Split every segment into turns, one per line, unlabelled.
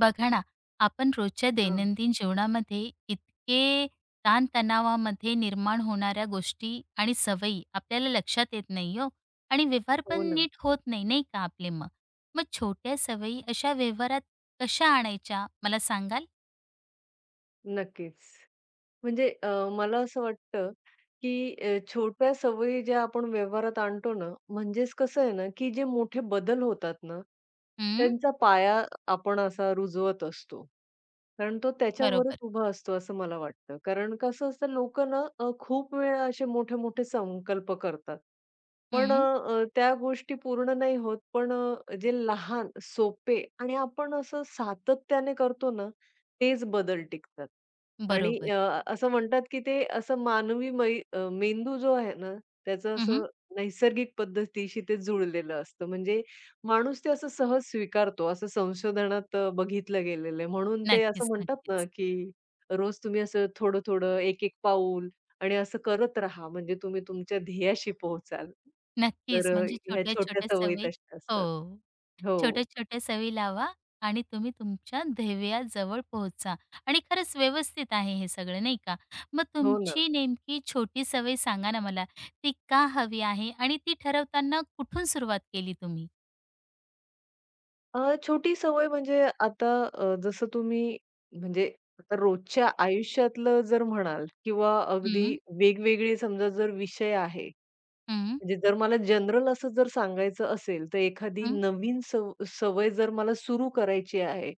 बघा ना, आपण रोजच्या
हां.
दैनंदिन जीवनामध्ये इतके ताणतणावामध्ये निर्माण होणाऱ्या गोष्टी आणि सवयी आपल्याला लक्षात येत नाही हो आणि व्यवहार
हो
पण
ना.
नीट होत नाही, नाही का आपले मग? मग छोट्या सवयी अशा व्यवहारात कशा आणायच्या मला सांगाल?
नक्कीच. म्हणजे मला असं वाटतं, की छोट्या सवयी ज्या आपण व्यवहारात आणतो ना, म्हणजेच कसं आहे ना, की जे मोठे बदल होतात ना,
हं,
त्यांचा पाया आपण असा रुजवत असतो. कारण तो त्याच्यावरच
बरोबर.
उभा असतो असं मला वाटतं. कारण कसं असतं लोकं ना खूप वेळा असे मोठे-मोठे संकल्प करतात. पण
हं,
त्या गोष्टी पूर्ण नाही होत. पण जे लहान, सोपे आणि आपण असं सातत्याने करतो ना, तेच बदल टिकतात. आणि
बरोबर.
असं म्हणतात, की ते असं मानवी मेंदू जो आहे ना, त्याचं
हं,
असं नैसर्गिक पद्धतीशी ते जुळलेलं असतं. म्हणजे माणूस ते असं सहज स्वीकारतो, असं संशोधनात बघितलं गेलेलं आहे. म्हणून ते असं
नक्कीच,
म्हणतात ना,
नक्कीच.
की रोज तुम्ही असं थोडं-थोडं, एक-एक पाऊल आणि असं करत राहा, म्हणजे तुम्ही तुमच्या ध्येयाशी पोहोचाल. तर
नक्कीच, म्हणजे
ह्या छोट्या
छोट्या-छोट्या
सवयी
सवयी
तशा असतात.
हो.
हो.
छोट्या-छोट्या सवयी लावा आणि तुम्ही तुमच्या ध्येयाजवळ पोहोचा आणि खरंच व्यवस्थित आहे हे सगळं, नाही का? मग
हो ना.
तुमची नेमकी छोटी सवय सांगा ना मला, ती का हवी आहे आणि ती ठरवताना कुठून सुरुवात केली तुम्ही?
छोटी सवय म्हणजे आता जसं तुम्ही म्हणजे आता रोजच्या आयुष्यातलं जर म्हणाल किंवा अगदी
हं,
वेगवेगळे समजा जर विषय आहे,
हं,
म्हणजे जर मला जनरल असं जर सांगायचं असेल, तर एखादी
हं,
नवीन सवय जर मला सुरू करायची आहे,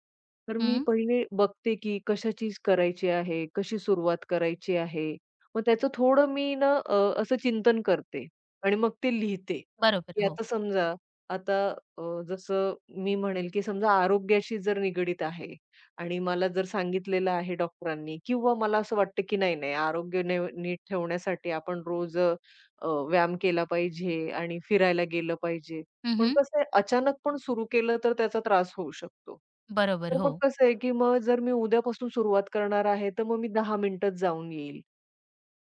तर मी
हं.
पहिले बघते की कशाची करायची आहे, कशी सुरुवात करायची आहे. मग त्याचं थोडं मी ना असं चिंतन करते आणि मग ते लिहिते,
बरोबर
की
हो.
आता समजा आता जसं मी म्हणेल, की समजा आरोग्याशी जर निगडीत आहे आणि मला जर सांगितलेलं आहे डॉक्टरांनी किंवा मला असं वाटतं, की नाही, नाही आरोग्य ने नीट ठेवण्यासाठी आपण रोज अ, अ, व्यायाम केला पाहिजे आणि फिरायला गेलं पाहिजे.
हं,
पण
हं.
कसं आहे अचानक पण सुरू केलं तर त्याचा त्रास होऊ शकतो.
बरोबर
तर
हो.
मग कसं आहे, की मग जर मी उद्यापासून सुरुवात करणार आहे, तर मग मी 10 मिनिटात जाऊन येईल.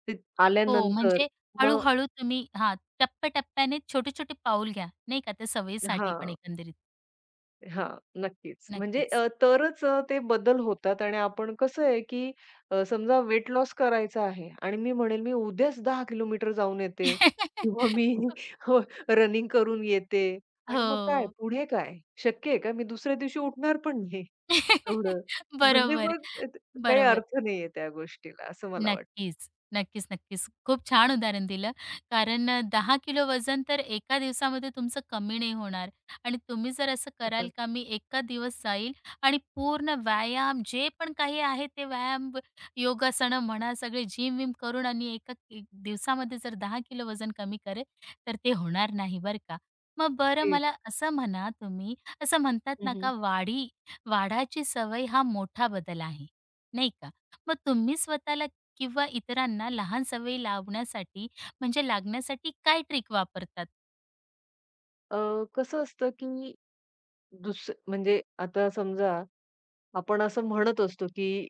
ते
हो,
आल्यानंतर
म्हणजे
मग
हळू तुम्ही हां, टप्प्या छोटे-छोटे पाऊल घ्या, नाही का? त्या सवयीसाठी पण
हां.
एकंदरीत.
हां, नक्कीच. म्हणजे
नक्कीच.
तरच ते बदल होतात आणि आपण कसं आहे, की समजा वेट लॉस करायचा आहे आणि मी म्हणेल, "मी उद्याच 10 किलोमीटर जाऊन येते किंवा मी रनिंग करून येते" आणि मग काय
हो.
पुढे काय? शक्य आहे का? मी दुसऱ्या दिवशी उठणार पण नाही एवढं. म्हणजे
बरोबर.
मग काही
बरोबर.
अर्थ नाहीये त्या गोष्टीला, असं मला वाटतं.
नक्कीच. नक्कीच, नक्कीच. खूप छान उदाहरण दिलं. कारण 10 किलो वजन तर एका दिवसामध्ये तुमचं कमी नाही होणार आणि तुम्ही जर असं कराल का मी एका दिवस जाईल आणि पूर्ण व्यायाम जे पण काही आहे ते व्यायाम, ब- योगासनं म्हणा, सगळे जिम-विम करून आणि एका एक दिवसामध्ये जर 10 किलो वजन कमी करेल, तर ते होणार नाही बरं का. मग बरं
तेच.
मला असं म्हणा तुम्ही असं म्हणतात ना
हं,
का वाढाची सवय हा मोठा बदल आहे, नाही का? मग तुम्ही स्वतःला किंवा इतरांना लहान सवयी लावण्यासाठी म्हणजे लागण्यासाठी काय ट्रिक वापरतात?
अ, कसं असतं, की म्हणजे आता समजा आपण असं म्हणत असतो, की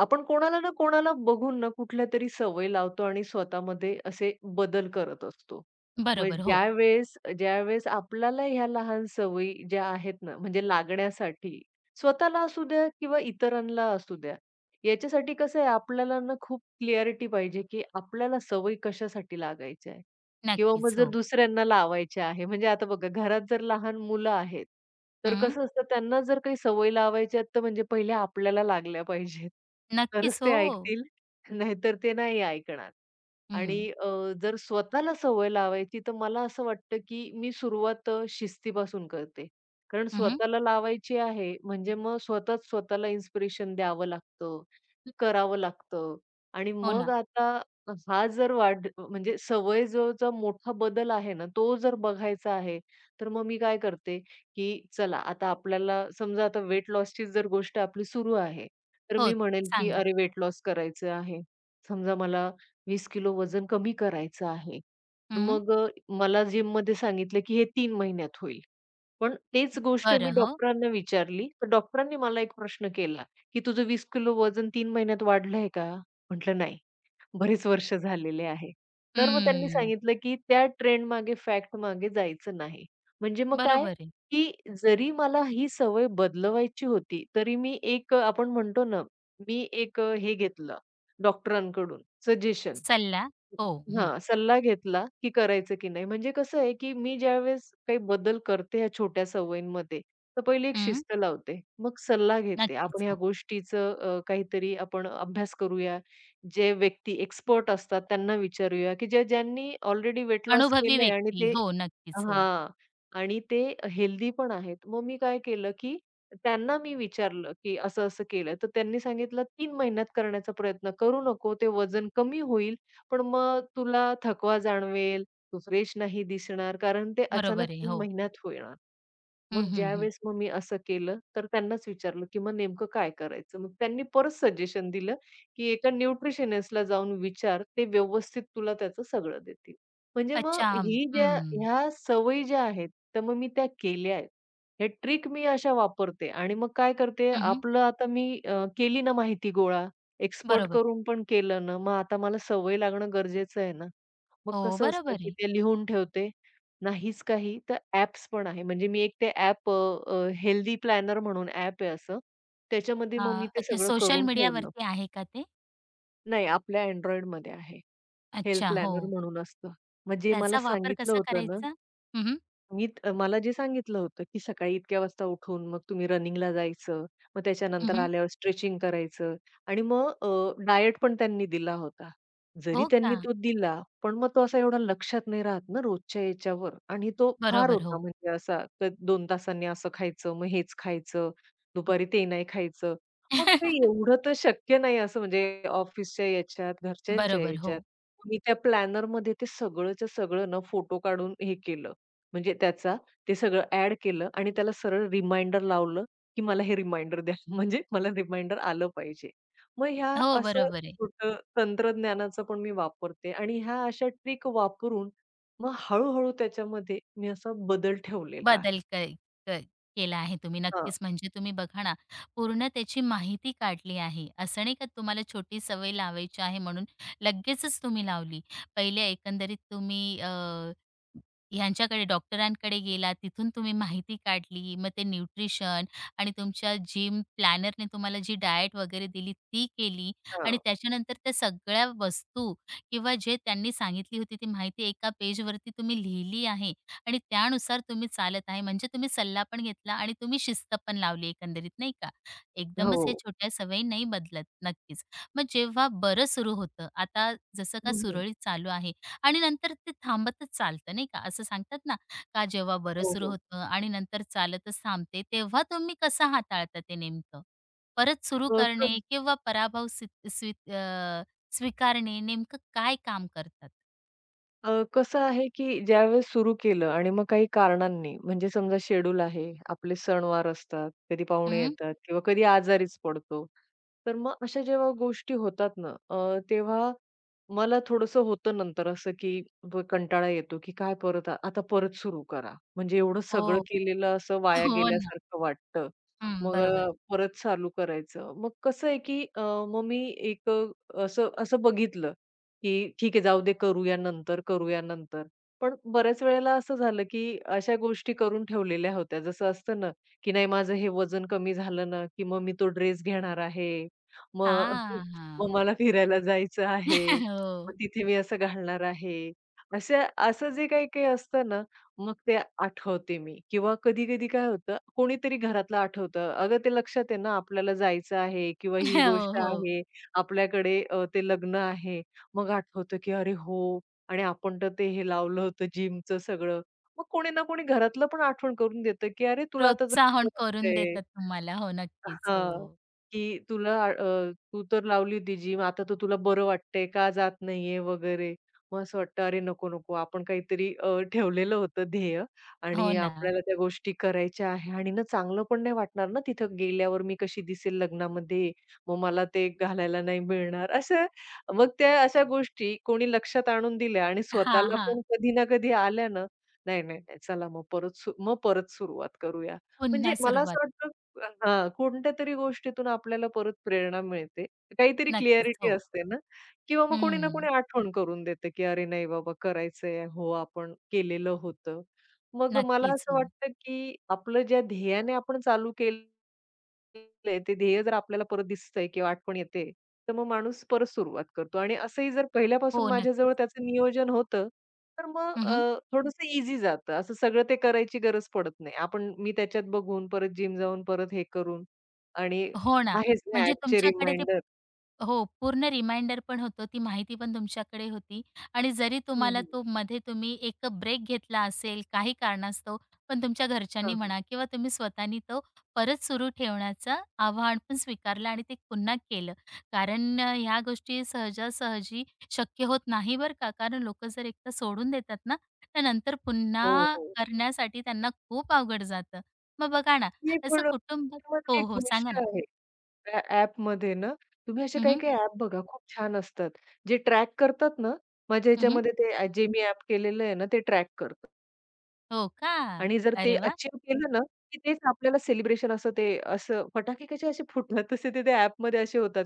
आपण कोणाला ना कोणाला बघून ना कुठल्या तरी सवय लावतो आणि स्वतःमध्ये असे बदल करत असतो. मग
बरोबर. हो.
ज्यावेळेस ज्यावेळेस आपल्याला ह्या लहान सवयी ज्या आहेत ना, म्हणजे लागण्यासाठी स्वतःला असू द्या किंवा इतरांना असू द्या, याच्यासाठी कसं आहे आपल्याला ना खूप क्लॅरिटी पाहिजे, की आपल्याला सवयी कशासाठी लागायच्या आहे. किंवा
नक्कीच.
मग जर
हो.
दुसऱ्यांना लावायचे आहे, म्हणजे आता बघा घरात जर लहान मुलं आहेत, तर
हं.
कसं असतं त्यांना जर काही सवय लावायची आहेत, तर म्हणजे पहिले आपल्याला लागल्या पाहिजेत. तरच
नक्कीच.
ते
हो.
ऐकतील, नाहीतर ते नाही ऐकणार. आणि
हं.
जर स्वतःला सवय लावायची, तर मला असं वाटतं की मी सुरुवात शिस्तीपासून करते. कारण
हं,
स्वतःला लावायची आहे, म्हणजे मग स्वतःच स्वतःला इन्स्पिरेशन द्यावं लागतं, करावं लागतं. आणि
हो
मग
ना.
आता हा जर वाढ म्हणजे सवय जो जो मोठा बदल आहे ना, तो जर बघायचा आहे, तर मग मी काय करते, की चला आता आपल्याला समजा आता वेट लॉसची जर गोष्ट आपली सुरू आहे, तर
हो.
मी म्हणेन, की
सांगा.
अरे वेट लॉस करायचं आहे. समजा मला 20 किलो वजन कमी करायचं आहे. तर
हं.
मग मला जिममध्ये सांगितलं, की हे 3 महिन्यात होईल. पण तेच गोष्ट मी
बरं. हो.
डॉक्टरांना विचारली, तर डॉक्टरांनी मला एक प्रश्न केला, की "तुझं 20 किलो वजन 3 महिन्यात वाढलंय का?" म्हटलं, "नाही." बरीच वर्ष झालेले आहे. तर मग त्यांनी
हं.
सांगितलं, की त्या ट्रेंडमागे, फॅक्टमागे जायचं नाही. म्हणजे मग काय,
बरोबर आहे.
की जरी मला ही सवय बदलवायची होती, तरी मी एक आपण म्हणतो ना, मी एक हे घेतलं डॉक्टरांकडून सजेशन
सल्ला. हो. हं.
हां, सल्ला घेतला, की करायचं की नाही. म्हणजे कसं आहे, की मी ज्यावेळेस काही बदल करते ह्या छोट्या सवयींमध्ये, तर पहिली एक
हं.
शिस्त लावते. मग सल्ला घेते. आपण
नक्कीच.
ह्या
हो.
गोष्टीचं काहीतरी आपण अभ्यास करूया. जे व्यक्ती एक्सपर्ट असतात त्यांना विचारूया, की ज्या ज्यांनी ऑलरेडी वेट लॉस
अनुभवी
केलंय आणि
व्यक्ती.
ते
हो. नक्कीच. हो.
हां. आणि ते हेल्दी पण आहेत. मग मी काय केलं, की त्यांना मी विचारलं, की असं-असं केलं. तर त्यांनी सांगितलं, "3 महिन्यात करण्याचा प्रयत्न करू नको. ते वजन कमी होईल, पण मग तुला थकवा जाणवेल, तू फ्रेश नाही दिसणार, कारण ते अचानक
बरोबर आहे.
तीन
हो.
महिन्यात होणार."
हं,
मग
हं, हं.
ज्यावेळेस मग मी असं केलं, तर त्यांनाच विचारलं, की "मग नेमकं काय करायचं?" मग त्यांनी परत सजेशन दिलं, की "एका न्यूट्रिशनिस्टला जाऊन विचार, ते व्यवस्थित तुला त्याचं सगळं देतील." म्हणजे मग
अच्छा.
ही ज्या
हं.
ह्या सवयी ज्या आहेत, तर मग मी त्या केल्या आहेत. हे ट्रिक मी अशा वापरते आणि मग काय करते,
हं,
आपलं आता मी केली ना माहिती गोळा, एक्सपर्ट
बरोबर.
करून पण केलं ना, मग आता मला सवय लागणं गरजेचं आहे ना. मग
हो.
कसं
बरोबर
असतं, की
आहे.
ते लिहून ठेवते. नाहीच काही तर ॲप्स पण आहे. म्हणजे मी एक ते ॲप हेल्दी प्लॅनर म्हणून ॲप आहे असं. त्याच्यामध्ये मग मी
हां.
ते
अच्छा
सगळं
सोशल
करून ठेवलं.
मीडियावरती आहे का ते?
नाही आपल्या Androidमध्ये आहे. हेल्थ
अच्छा. हो.
प्लॅनर म्हणून असतं. मग जे मला
त्याचा वापर
सांगितलं
कसा
होतं ना
करायचा? हं, हं.
मी त मला जे सांगितलं होतं, की सकाळी इतक्या वाजता उठून मग तुम्ही रनिंगला जायचं. मग त्याच्यानंतर आल्यावर स्ट्रेचिंग करायचं आणि मग डायट पण त्यांनी दिला होता. जरी
हो
त्यांनी
का?
तो दिला, पण मग तो असा एवढा लक्षात नाही राहत ना रोजच्या याच्यावर आणि तो फार
बरोबर,
होता
हो.
म्हणजे असा तर 2 तासांनी असं खायचं, मग हेच खायचं, दुपारी ते नाही खायचं. मग ते एवढं तर शक्य नाही असं म्हणजे ऑफिसच्या याच्यात, घरच्यांच्या
बरोबर,
याच्यात.
हो.
मी त्या प्लॅनरमध्ये ते सगळंच्या सगळं ना फोटो काढून हे केलं. म्हणजे त्याचा ते सगळं ॲड केलं आणि त्याला सरळ रिमाइंडर लावलं, की मला हे रिमाइंडर द्या. म्हणजे मला रिमाइंडर आलं पाहिजे. मग ह्या
हो,
असं
बरोबर आहे.
छोटं तंत्रज्ञानाचा पण मी वापरते आणि ह्या अशा ट्रिक वापरून मग हळू-हळू त्याच्यामध्ये मी असा बदल ठेवलेला आहे.
बदल क क केला आहे तुम्ही
हां,
नक्कीच. म्हणजे तुम्ही बघा ना, पूर्ण त्याची माहिती काढली आहे. असं नाही का तुम्हाला छोटी सवय लावायची आहे म्हणून लगेचच तुम्ही लावली. पहिले एकंदरीत तुम्ही ह्यांच्याकडे डॉक्टरांकडे गेला, तिथून तुम्ही माहिती काढली, मग ते न्यूट्रिशन आणि तुमच्या जिम प्लॅनरने तुम्हाला जी डाएट वगैरे दिली ती केली
हां.
आणि त्याच्यानंतर त्या सगळ्या वस्तू किंवा जे त्यांनी सांगितली होती ती माहिती एका पेजवरती तुम्ही लिहिली आहे आणि त्यानुसार तुम्ही चालत आहे. म्हणजे तुम्ही सल्ला पण घेतला आणि तुम्ही शिस्त पण लावली एकंदरीत, नाही का?
हो.
एकदमच हे छोट्या सवयी नाही बदलत. नक्कीच. मग जेव्हा बरं सुरू होतं, आता जसं का
हं, हं.
सुरळीत चालू आहे, आणि नंतर ते थांबतच चालतं नाही का? असं सांगतात ना, का जेव्हा बरं सुरू
हो,
होतं आणि नंतर चालतच थांबते, तेव्हा तुम्ही कसं हाताळता ते नेमकं? परत सुरू
हो.
करणे किंवा पराभव स्वी स्वी अ, स्वीकारणे नेमकं काय काम करतात?
कसं आहे, की ज्यावेळेस सुरू केलं आणि मग काही कारणांनी म्हणजे समजा शेड्यूल आहे, आपले सणवार असतात, कधी पाहुणे
हं.
येतात किंवा कधी आजारीच पडतो. तर मग अशा जेव्हा गोष्टी होतात ना, तेव्हा मला थोडंसं होतं नंतर असं, की कंटाळा येतो, की काय परत आता परत सुरू करा. म्हणजे एवढं सगळं
हो.
केलेलं असं वाया
हो ना.
गेल्यासारखं वाटतं.
हं,
मग
बरोबर.
परत चालू करायचं. मग कसं आहे, की मग मी एक असं असं बघितलं, की ठीक आहे जाऊ दे करूया नंतर, करूया नंतर. पण बऱ्याच वेळेला असं झालं, की अशा गोष्टी करून ठेवलेल्या होत्या. जसं असतं ना, की नाही माझं हे वजन कमी झालं ना, की मग मी तो ड्रेस घेणार आहे. मग
हां, हां.
मग मला फिरायला जायचं आहे. मग
हो.
तिथे मी असं घालणार आहे. अशा असं जे काही-काही असतं ना, मग ते आठवते मी किंवा कधी-कधी काय होतं, कोणीतरी घरातलं आठवतं. अगं ते लक्षात आहे ना आपल्याला जायचं आहे किंवा ही
हो,
गोष्ट
हो.
आहे. आपल्याकडे ते लग्न आहे. मग आठवतं, की अरे हो आणि आपण तर ते हे लावलं होतं जिमचं सगळं. मग कोणी ना कोणी घरातलं पण आठवण करून देतं, की "अरे तुला आता
प्रोत्साहन करून देतात तुम्हाला. हो, नक्कीच.
हां,
हो.
की तुला तू तर लावली होती जिम, आता तर तुला बरं वाटतंय, का जात नाहीये वगैरे. मग असं वाटतं, "अरे नको, नको." आपण काहीतरी ठेवलेलं होतं ध्येय
हो
आणि
ना.
आपल्याला त्या गोष्टी करायच्या आहे आणि ना चांगलं पण नाही वाटणार ना, तिथं गेल्यावर मी कशी दिसेल लग्नामध्ये, मग मला ते घालायला नाही मिळणार. असं मग त्या अशा गोष्टी कोणी लक्षात आणून दिल्या आणि
हां,
स्वतःला
हां.
पण कधी ना कधी आल्या ना, नाही, नाही, नाही, चला मग परत सु मग परत सुरुवात करूया. म्हणजे
पुन्हा
मला असं
सुरुवात.
वाटतं हां, कोणत्यातरी गोष्टीतून आपल्याला परत प्रेरणा मिळते. काहीतरी
नक्कीच.
क्लॅरिटी
हो.
असते ना किंवा मग कोणी ना कोणी
हं.
आठवण करून देतं, की "अरे नाही बाबा करायचंय. हो, आपण केलेलं होतं." मग मला
नक्कीच.
असं
हो.
वाटतं, की आपलं ज्या ध्येयाने आपण चालू केलं केलंय, ते ध्येय जर आपल्याला परत दिसतंय किंवा आठवण येते, तर मग माणूस परत सुरुवात करतो आणि असंही जर पहिल्यापासून
हो,
माझ्याजवळ
नक्कीच.
त्याचं नियोजन होतं, तर मग
हं, हं.
थोडंसं ईझी जातं. असं सगळं ते करायची गरज पडत नाही. आपण मी त्याच्यात बघून परत जिम जाऊन परत हे करून आणि
हो ना.
आहेच ना
म्हणजे
ॲपचे
तुमच्याकडे ते
रिमाइंडर.
हो, पूर्ण रिमाइंडर पण होतो, ती माहिती पण तुमच्याकडे होती आणि जरी
हं,
तुम्हाला
हं.
तो मध्ये तुम्ही एक ब्रेक घेतला असेल काही कारणास्तव, पण तुमच्या घरच्यांनी म्हणा किंवा तुम्ही स्वतःनी तो परत सुरू ठेवण्याचं आव्हान पण स्वीकारलं आणि ते पुन्हा केलं. कारण ह्या गोष्टी सहजासहजी शक्य होत नाही बरं का. कारण लोकं जर एकदा सोडून देतात ना, तर नंतर
हो,
पुन्हा
हो.
करण्यासाठी त्यांना खूप अवघड जातं. मग बघा ना,
ते
असं
पण
कुटुंब हो,
त्यामध्ये एक
हो, सांगा
गोष्ट
ना.
आहे. त्या ॲपमध्ये ना, तुम्ही असे
हं, हं.
काही-काही हं. ॲप बघा खूप छान असतात. जे ट्रॅक करतात ना, माझ्या ह्याच्यामध्ये ते जे मी ॲप केलेलं आहे ना, ते ट्रॅक करतं.
हो का?
आणि जर ते
अरे वा,
अचीव्ह केलं ना, की तेच आपल्याला सेलिब्रेशन असं ते असं फटाके कसे असे फुटतात तसे ते त्या ॲपमध्ये असे होतात.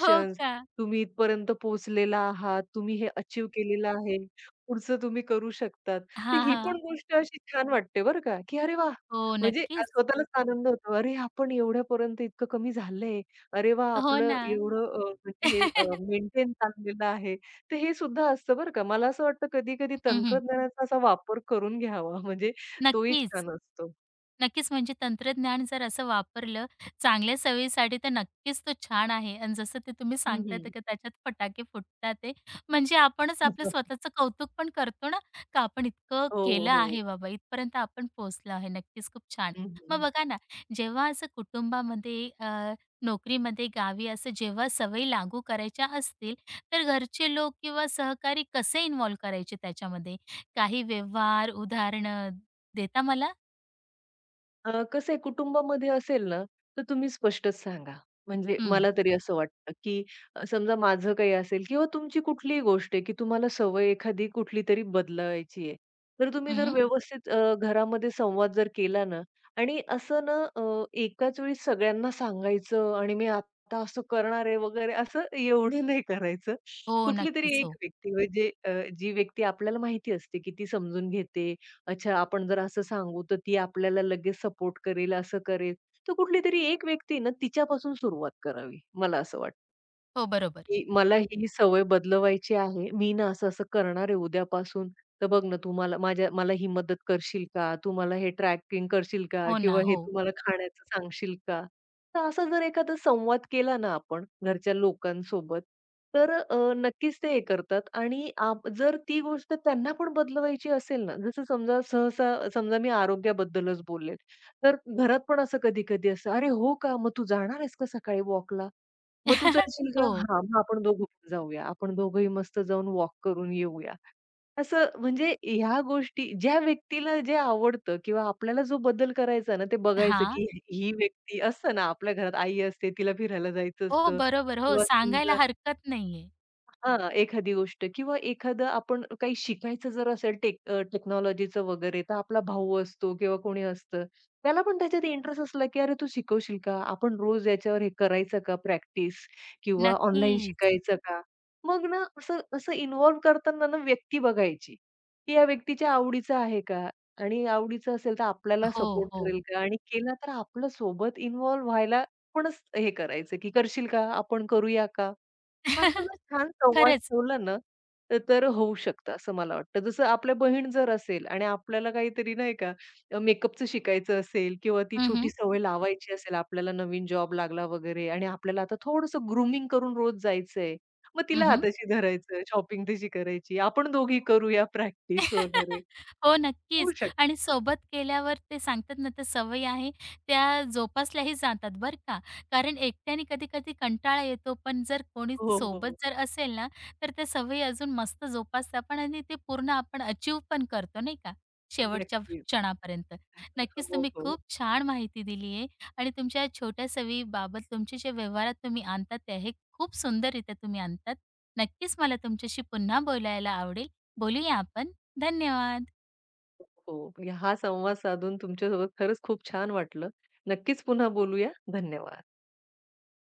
हो का?
तुम्ही इथपर्यंत पोहोचलेला आहात. तुम्ही हे अचीव्ह केलेलं आहे. पुढचं तुम्ही करू शकतात. तर
हां,
ही पण
हां.
गोष्ट अशी छान वाटते बरं का, की अरे वाह!
हो,
म्हणजे
नक्कीच.
स्वतःलाच आनंद होतो. अरे आपण एवढ्यापर्यंत इतकं कमी झालंय. अरे वाह!
हो
आपलं
ना.
एवढं म्हणजे हे मेंटेन चाललेलं आहे. तर हे सुद्धा असतं बरं का. मला असं वाटतं कधी-कधी
हं, हं.
तंत्रज्ञानाचा असा वापर करून घ्यावा. म्हणजे तोही
नक्कीच.
छान असतो.
नक्कीच, म्हणजे तंत्रज्ञान जर असं वापरलं चांगल्या सवयीसाठी तर नक्कीच तो छान आहे आणि जसं ते तुम्ही
हं,
सांगताय तर
हं.
का त्याच्यात फटाके फुटतात ते. म्हणजे आपणच आपलं स्वतःचं कौतुक पण करतो ना, का आपण इतकं
हो,
केलं
हो.
आहे बाबा, इथपर्यंत आपण पोहोचलो आहे. नक्कीच खूप छान.
हं,
मग
हं.
बघा ना, जेव्हा असं कुटुंबामध्ये नोकरीमध्ये, गावी असं जेव्हा सवयी लागू करायच्या असतील, तर घरचे लोक किंवा सहकारी कसे इन्व्हॉल्व करायचे त्याच्यामध्ये? काही व्यवहार, उदाहरणं देता मला?
कसं आहे कुटुंबामध्ये असेल ना, तर तुम्ही स्पष्टच सांगा. म्हणजे
हं.
मला तरी असं वाटतं, की समजा माझं काही असेल किंवा तुमची कुठलीही गोष्ट आहे, की तुम्हाला सवय एखादी कुठलीतरी बदलावायची आहे. तर तुम्ही जर
हं,
व्यवस्थित घरामध्ये संवाद जर केला ना आणि असं ना एकाच वेळी सगळ्यांना सांगायचं आणि मी आता असं करणार आहे वगैरे असं एवढं नाही करायचं.
हो,
कुठलीतरी
नक्कीच.
एक
हो.
व्यक्ती म्हणजे जी व्यक्ती आपल्याला माहिती असते, की ती समजून घेते अच्छा, आपण जर असं सांगू, तर ती आपल्याला लगेच सपोर्ट करेल, असं करेल. तर कुठली तरी एक व्यक्ती ना, तिच्यापासून सुरुवात करावी, मला असं वाटतं.
हो, बरोबर.
की मला ही सवय बदलवायची आहे. मी ना असं-असं करणार आहे उद्यापासून. तर बघ ना, तू मला माझ्या मला ही मदत करशील का? तू मला हे ट्रॅकिंग करशील का?
हो ना.
किंवा हे
हो.
तू मला खाण्याचं सांगशील का? तर असा जर एखादा संवाद केला ना आपण घरच्या लोकांसोबत, तर नक्कीच ते हे करतात आणि जर ती गोष्ट त्यांना पण बदलवायची असेल ना, जसं समजा मी आरोग्याबद्दलच बोलले, तर घरात पण असं कधी-कधी असतं, "अरे, हो का? मग तू जाणार आहेस का सकाळी वॉकला?" मग तू चलशील का?
हो.
हां, मग आपण दोघं पण जाऊया. आपण दोघंही मस्त जाऊन वॉक करून येऊया. असं म्हणजे ह्या गोष्टी ज्या व्यक्तीला जे आवडतं किंवा आपल्याला जो बदल करायचा ना, ते बघायचं
हां.
की ही व्यक्ती असतं ना, आपल्या घरात आई असते, तिला फिरायला जायचं
हो,
असतं
बरोबर. हो,
किंवा
सांगायला
समजा
हरकत नाहीये.
हां, एखादी गोष्ट किंवा एखादं आपण काही शिकायचं जर असेल टेक्नॉलॉजीचं वगैरे, तर आपला भाऊ असतो किंवा कोणी असतं. त्याला पण त्याच्यात इंटरेस्ट असला, की "अरे, तू शिकवशील का? आपण रोज याच्यावर हे करायचं का प्रॅक्टिस किंवा ऑनलाईन
नक्कीच.
शिकायचं का?" मग ना असं असं इन्व्हॉल्व करताना ना व्यक्ती बघायची, की या व्यक्तीच्या आवडीचं आहे का? आणि आवडीचं असेल तर आपल्याला
हो,
सपोर्ट
हो.
करेल का? आणि केला तर आपलं सोबत इन्व्हॉल्व व्हायला आपणच हे करायचं, की "करशील का? आपण करूया का?" असं जर छान संवाद
खरंच.
ठेवला ना, तर तर होऊ शकतं असं मला वाटतं. जसं आपल्या बहीण जर असेल आणि आपल्याला काहीतरी नाही का मेकअपचं शिकायचं असेल किंवा ती
हं,
छोटी
हं.
सवय लावायची असेल, आपल्याला नवीन जॉब लागला वगैरे आणि आपल्याला आता थोडंसं ग्रूमिंग करून रोज जायचंय. मग तिला हाताशी धरायचं, शॉपिंग तिची करायची. आपण दोघी करूया प्रॅक्टिस वगैरे.
हो,
होऊ
नक्कीच.
शकतं.
आणि सोबत केल्यावर ते सांगतात ना, त्या सवयी आहे त्या जोपासल्याही जातात बरं का. कारण एकट्याने कधी-कधी कंटाळा येतो, पण जर कोणी
हो, हो.
सोबत जर असेल ना, तर त्या सवयी अजून मस्त जोपासतात पण आणि ते पूर्ण आपण अचीव्ह पण करतो नाही का, शेवटच्या
नक्कीच.
क्षणापर्यंत. नक्कीच
हो,
तुम्ही
हो.
खूप छान माहिती दिली आहे आणि तुमच्या छोट्या सवयीबाबत तुमचे जे व्यवहारात तुम्ही आणतात ते हे खूप सुंदररीत्या तुम्ही आणतात. नक्कीच मला तुमच्याशी पुन्हा बोलायला आवडेल. बोलूया आपण. धन्यवाद
हो. म्हणजे हा संवाद साधून तुमच्यासोबत खरंच खूप छान वाटलं. नक्कीच पुन्हा बोलूया. धन्यवाद.